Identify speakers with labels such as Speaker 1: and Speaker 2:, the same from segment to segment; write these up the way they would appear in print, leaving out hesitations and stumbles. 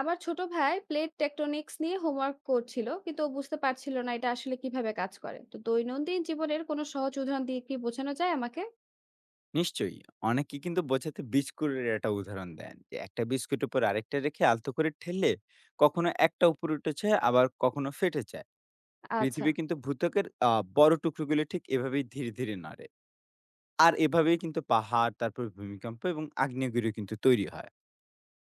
Speaker 1: আমার ছোট ভাই প্লেট টেকটনিক্স নিয়ে হোমওয়ার্ক করছিল, কিন্তু ও বুঝতে পারছিল না এটা আসলে কিভাবে কাজ করে। তো দৈনন্দিন জীবনের কোনো সহজ উদাহরণ দিয়ে কি বোঝানো যায় আমাকে?
Speaker 2: নিশ্চয়ই। অনেকে কিন্তু বোঝাতে বিস্কুটের একটা উদাহরণ দেন। যে একটা বিস্কুট উপর আরেকটা রেখে আলতো করে ঠেললে কখনো একটা উপরে উঠেছে আবার কখনো ফেটে যায়।
Speaker 1: আচ্ছা।
Speaker 2: পৃথিবী কিন্তু ভূত্বকের বড় টুকরোগুলো ঠিক এভাবেই ধীরে, ধীরে নড়ে। আর এভাবেই কিন্তু পাহাড়, তারপর ভূমিকম্প এবং আগ্নেয়গিরি কিন্তু তৈরি হয়।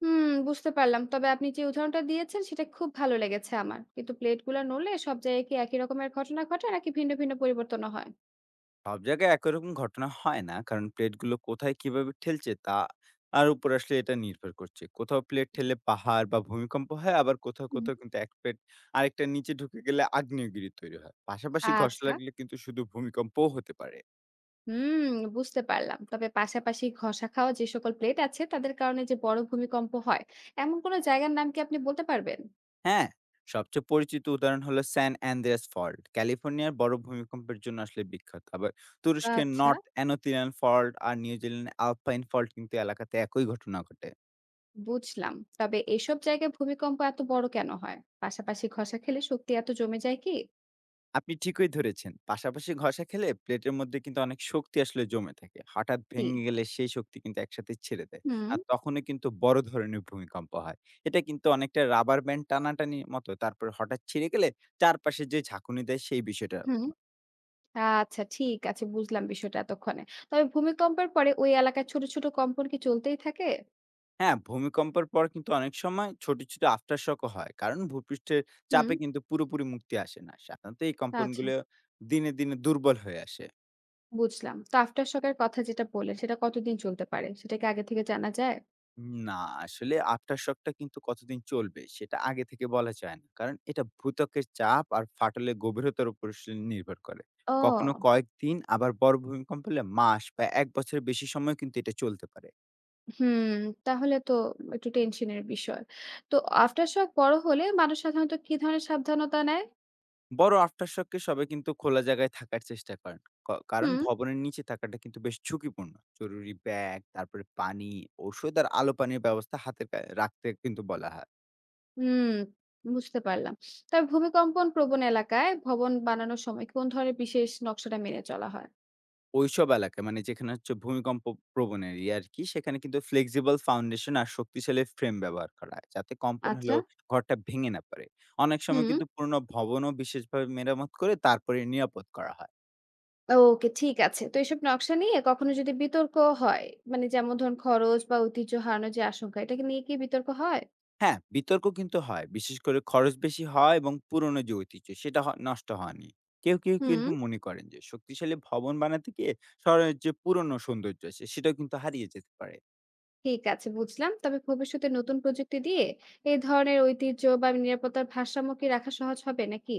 Speaker 1: হুম, বুঝতে পারলাম। তবে আপনি যে উদাহরণটা দিয়েছেন সেটা খুব ভালো লেগেছে আমার, কিন্তু প্লেটগুলো নড়লে সব জায়গায় কি একই রকমের ঘটনা ঘটে, নাকি ভিন্ন ভিন্ন পরিবর্তন হয়?
Speaker 2: সব জায়গায় একই রকম ঘটনা হয় না। কারণ প্লেটগুলো কোথায় কিভাবে ঠেলছে তা আর উপরে আসলে এটা নির্ভর করছে। কোথাও প্লেট
Speaker 1: জি।
Speaker 2: ঠেলে পাহাড় বা ভূমিকম্প হয়, আবার কোথাও,
Speaker 1: হুম।
Speaker 2: কোথাও কিন্তু এক প্লেট আরেকটার নিচে ঢুকে গেলে আগ্নেয়গিরি তৈরি হয়। পাশাপাশি ঘষা
Speaker 1: আচ্ছা।
Speaker 2: লাগলে কিন্তু শুধু ভূমিকম্পও হতে পারে।
Speaker 1: হুম, বুঝতে পারলাম। তবে পাশাপাশি ঘষা খাওয়া যে সকল প্লেট আছে তাদের কারণে যে বড় ভূমিকম্প হয়, এমন কোনো জায়গার নাম কি আপনি বলতে পারবেন?
Speaker 2: হ্যাঁ? সবচেয়ে পরিচিত উদাহরণ হলো স্যান আন্দ্রেয়াস ফল্ট। ক্যালিফোর্নিয়ার বড় ভূমিকম্পের জন্য আসলে বিখ্যাত। আবার তুরস্কের
Speaker 1: আচ্ছা,
Speaker 2: নর্থ অ্যানোথিরিয়ান ফল্ট আর নিউজিল্যান্ডের আলপাইন ফল্ট কিন্তু এলাকাতে একই ঘটনা ঘটে।
Speaker 1: বুঝলাম। তবে এসব জায়গায় ভূমিকম্প এত বড় কেন হয়? পাশাপাশি ঘষা খেলে শক্তি এত জমে যায় কি?
Speaker 2: আপনি ঠিকই ধরেছেন। পাশাপাশি ঘষা খেলে প্লেটের মধ্যে কিন্তু অনেক শক্তি আসলে জমে থাকে। হঠাৎ
Speaker 1: জি।
Speaker 2: ভেঙে গেলে সেই শক্তি কিন্তু একসাথে ছেড়ে দেয়।
Speaker 1: হুম।
Speaker 2: আর তখনই কিন্তু বড় ধরনের ভূমিকম্প হয়। এটা কিন্তু অনেকটা রাবার ব্যান্ড টানাটানির মতো। তারপরে হঠাৎ ছিঁড়ে গেলে চারপাশে যে ঝাঁকুনি দেয় সেই বিষয়টা।
Speaker 1: হুম, আচ্ছা, ঠিক আছে, বুঝলাম বিষয়টা এতক্ষণে। তবে ভূমিকম্পের পরে ওই এলাকায় ছোট ছোট কম্পন কি চলতেই থাকে?
Speaker 2: হ্যাঁ, ভূমিকম্পের পর কিন্তু অনেক সময় ছোট, ছোট আফটার শক ও হয়। কারণ ভূপৃষ্ঠের
Speaker 1: হুম।
Speaker 2: চাপে কিন্তু পুরোপুরি মুক্তি আসে না। সাধারণত এই
Speaker 1: আচ্ছা,
Speaker 2: কম্পনগুলো দিনে, দিনে দুর্বল হয়ে আসে।
Speaker 1: বুঝলাম। তো আফটার শকের কথা যেটা বললেন, সেটা কতদিন চলতে পারে সেটা কি আগে থেকে জানা যায়?
Speaker 2: না, আসলে আফটার শকটা কিন্তু কতদিন চলবে সেটা আগে থেকে বলা যায় না। কারণ এটা ভূত্বকের চাপ আর ফাটলের গভীরতার উপর আসলে নির্ভর করে। কখনো
Speaker 1: ও।
Speaker 2: কয়েকদিন আবার বড় ভূমিকম্প হলে মাস বা ১ বছরের বেশি সময় কিন্তু এটা চলতে পারে।
Speaker 1: হুম, তাহলে তো একটু টেনশনের বিষয়। তো আফটার শক বড় হলে মানুষ সাধারণত কি ধরনের সাবধানতা নেয়?
Speaker 2: বড় আফটার শককে সবাই কিন্তু খোলা জায়গায় থাকার চেষ্টা করেন। কারণ
Speaker 1: হুম।
Speaker 2: ভবনের নিচে থাকাটা কিন্তু বেশ ঝুঁকিপূর্ণ। জরুরি ব্যাগ, তারপরে পানি, ঔষধ আর আলো পানির ব্যবস্থা হাতের রাখতে কিন্তু বলা হয়।
Speaker 1: হুম, বুঝতে পারলাম। তবে ভূমিকম্পন প্রবণ এলাকায় ভবন বানানোর সময় কোন ধরনের বিশেষ নকশাটা মেনে চলা হয়?
Speaker 2: ঐসব এলাকায় মানে যেখানে হচ্ছে ভূমিকম্প প্রবণ এরিয়া আরকি, সেখানে কিন্তু ফ্লেক্সিবল ফাউন্ডেশন আর শক্তিশালী ফ্রেম ব্যবহার করা হয়। যাতে কম্পন
Speaker 1: আচ্ছা।
Speaker 2: হলেও ঘরটা ভেঙে না পড়ে। অনেক সময়
Speaker 1: হুম।
Speaker 2: কিন্তু পুরনো ভবনও বিশেষভাবে মেরামত করে তারপরে নিরাপদ করা হয়।
Speaker 1: ওকে, ঠিক আছে। তো এসব নকশা নিয়ে কখনো যদি বিতর্ক হয়, মানে যেমন ধরুন খরচ বা ঐতিহ্য হারানোর যে আশঙ্কা, এটাকে নিয়ে কি বিতর্ক হয়?
Speaker 2: হ্যাঁ, বিতর্ক কিন্তু হয়। বিশেষ করে খরচ বেশি হয় এবং পুরনো যে ঐতিহ্য সেটা নষ্ট হয়নি। কেউ, কেউ
Speaker 1: হুম।
Speaker 2: কিন্তু মনে করেন যে শক্তিশালী ভবন বানাতে গিয়ে শহরের যে পুরনো সৌন্দর্য আছে সেটাও কিন্তু হারিয়ে যেতে পারে।
Speaker 1: ঠিক আছে, বুঝলাম। তবে ভবিষ্যতে নতুন প্রযুক্তি দিয়ে এই ধরনের ঐতিহ্য বা নিরাপত্তার ভারসাম্য কি রাখা সহজ হবে নাকি?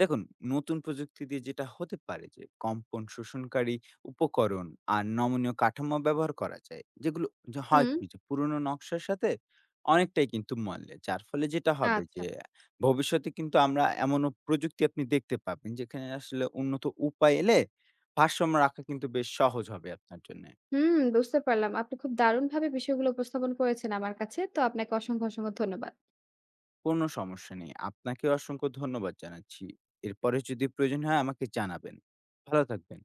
Speaker 2: দেখুন, নতুন প্রযুক্তি দিয়ে যেটা হতে পারে যে কম্পন শোষণকারী উপকরণ আর নমনীয় কাঠামো ব্যবহার করা যায়। যেগুলো যে হয়
Speaker 1: হুম,
Speaker 2: কি যে পুরনো নকশার সাথে অনেকটাই কিন্তু মল্লে। যার ফলে যেটা হবে
Speaker 1: আচ্ছা।
Speaker 2: যে ভবিষ্যতে কিন্তু আমরা এমনও প্রযুক্তি আপনি দেখতে পাবেন যেখানে আসলে উন্নত উপায় এলে ভারসাম্য রাখা কিন্তু বেশ সহজ হবে আপনার জন্যে।
Speaker 1: হুম, বুঝতে পারলাম। আপনি খুব দারুণভাবে বিষয়গুলো উপস্থাপন করেছেন আমার কাছে। তো আপনাকে অসংখ্য, অসংখ্য ধন্যবাদ।
Speaker 2: কোনো সমস্যা নেই। আপনাকেও অসংখ্য ধন্যবাদ জানাচ্ছি। এরপরে যদি প্রয়োজন হয় আমাকে জানাবেন। ভালো থাকবেন।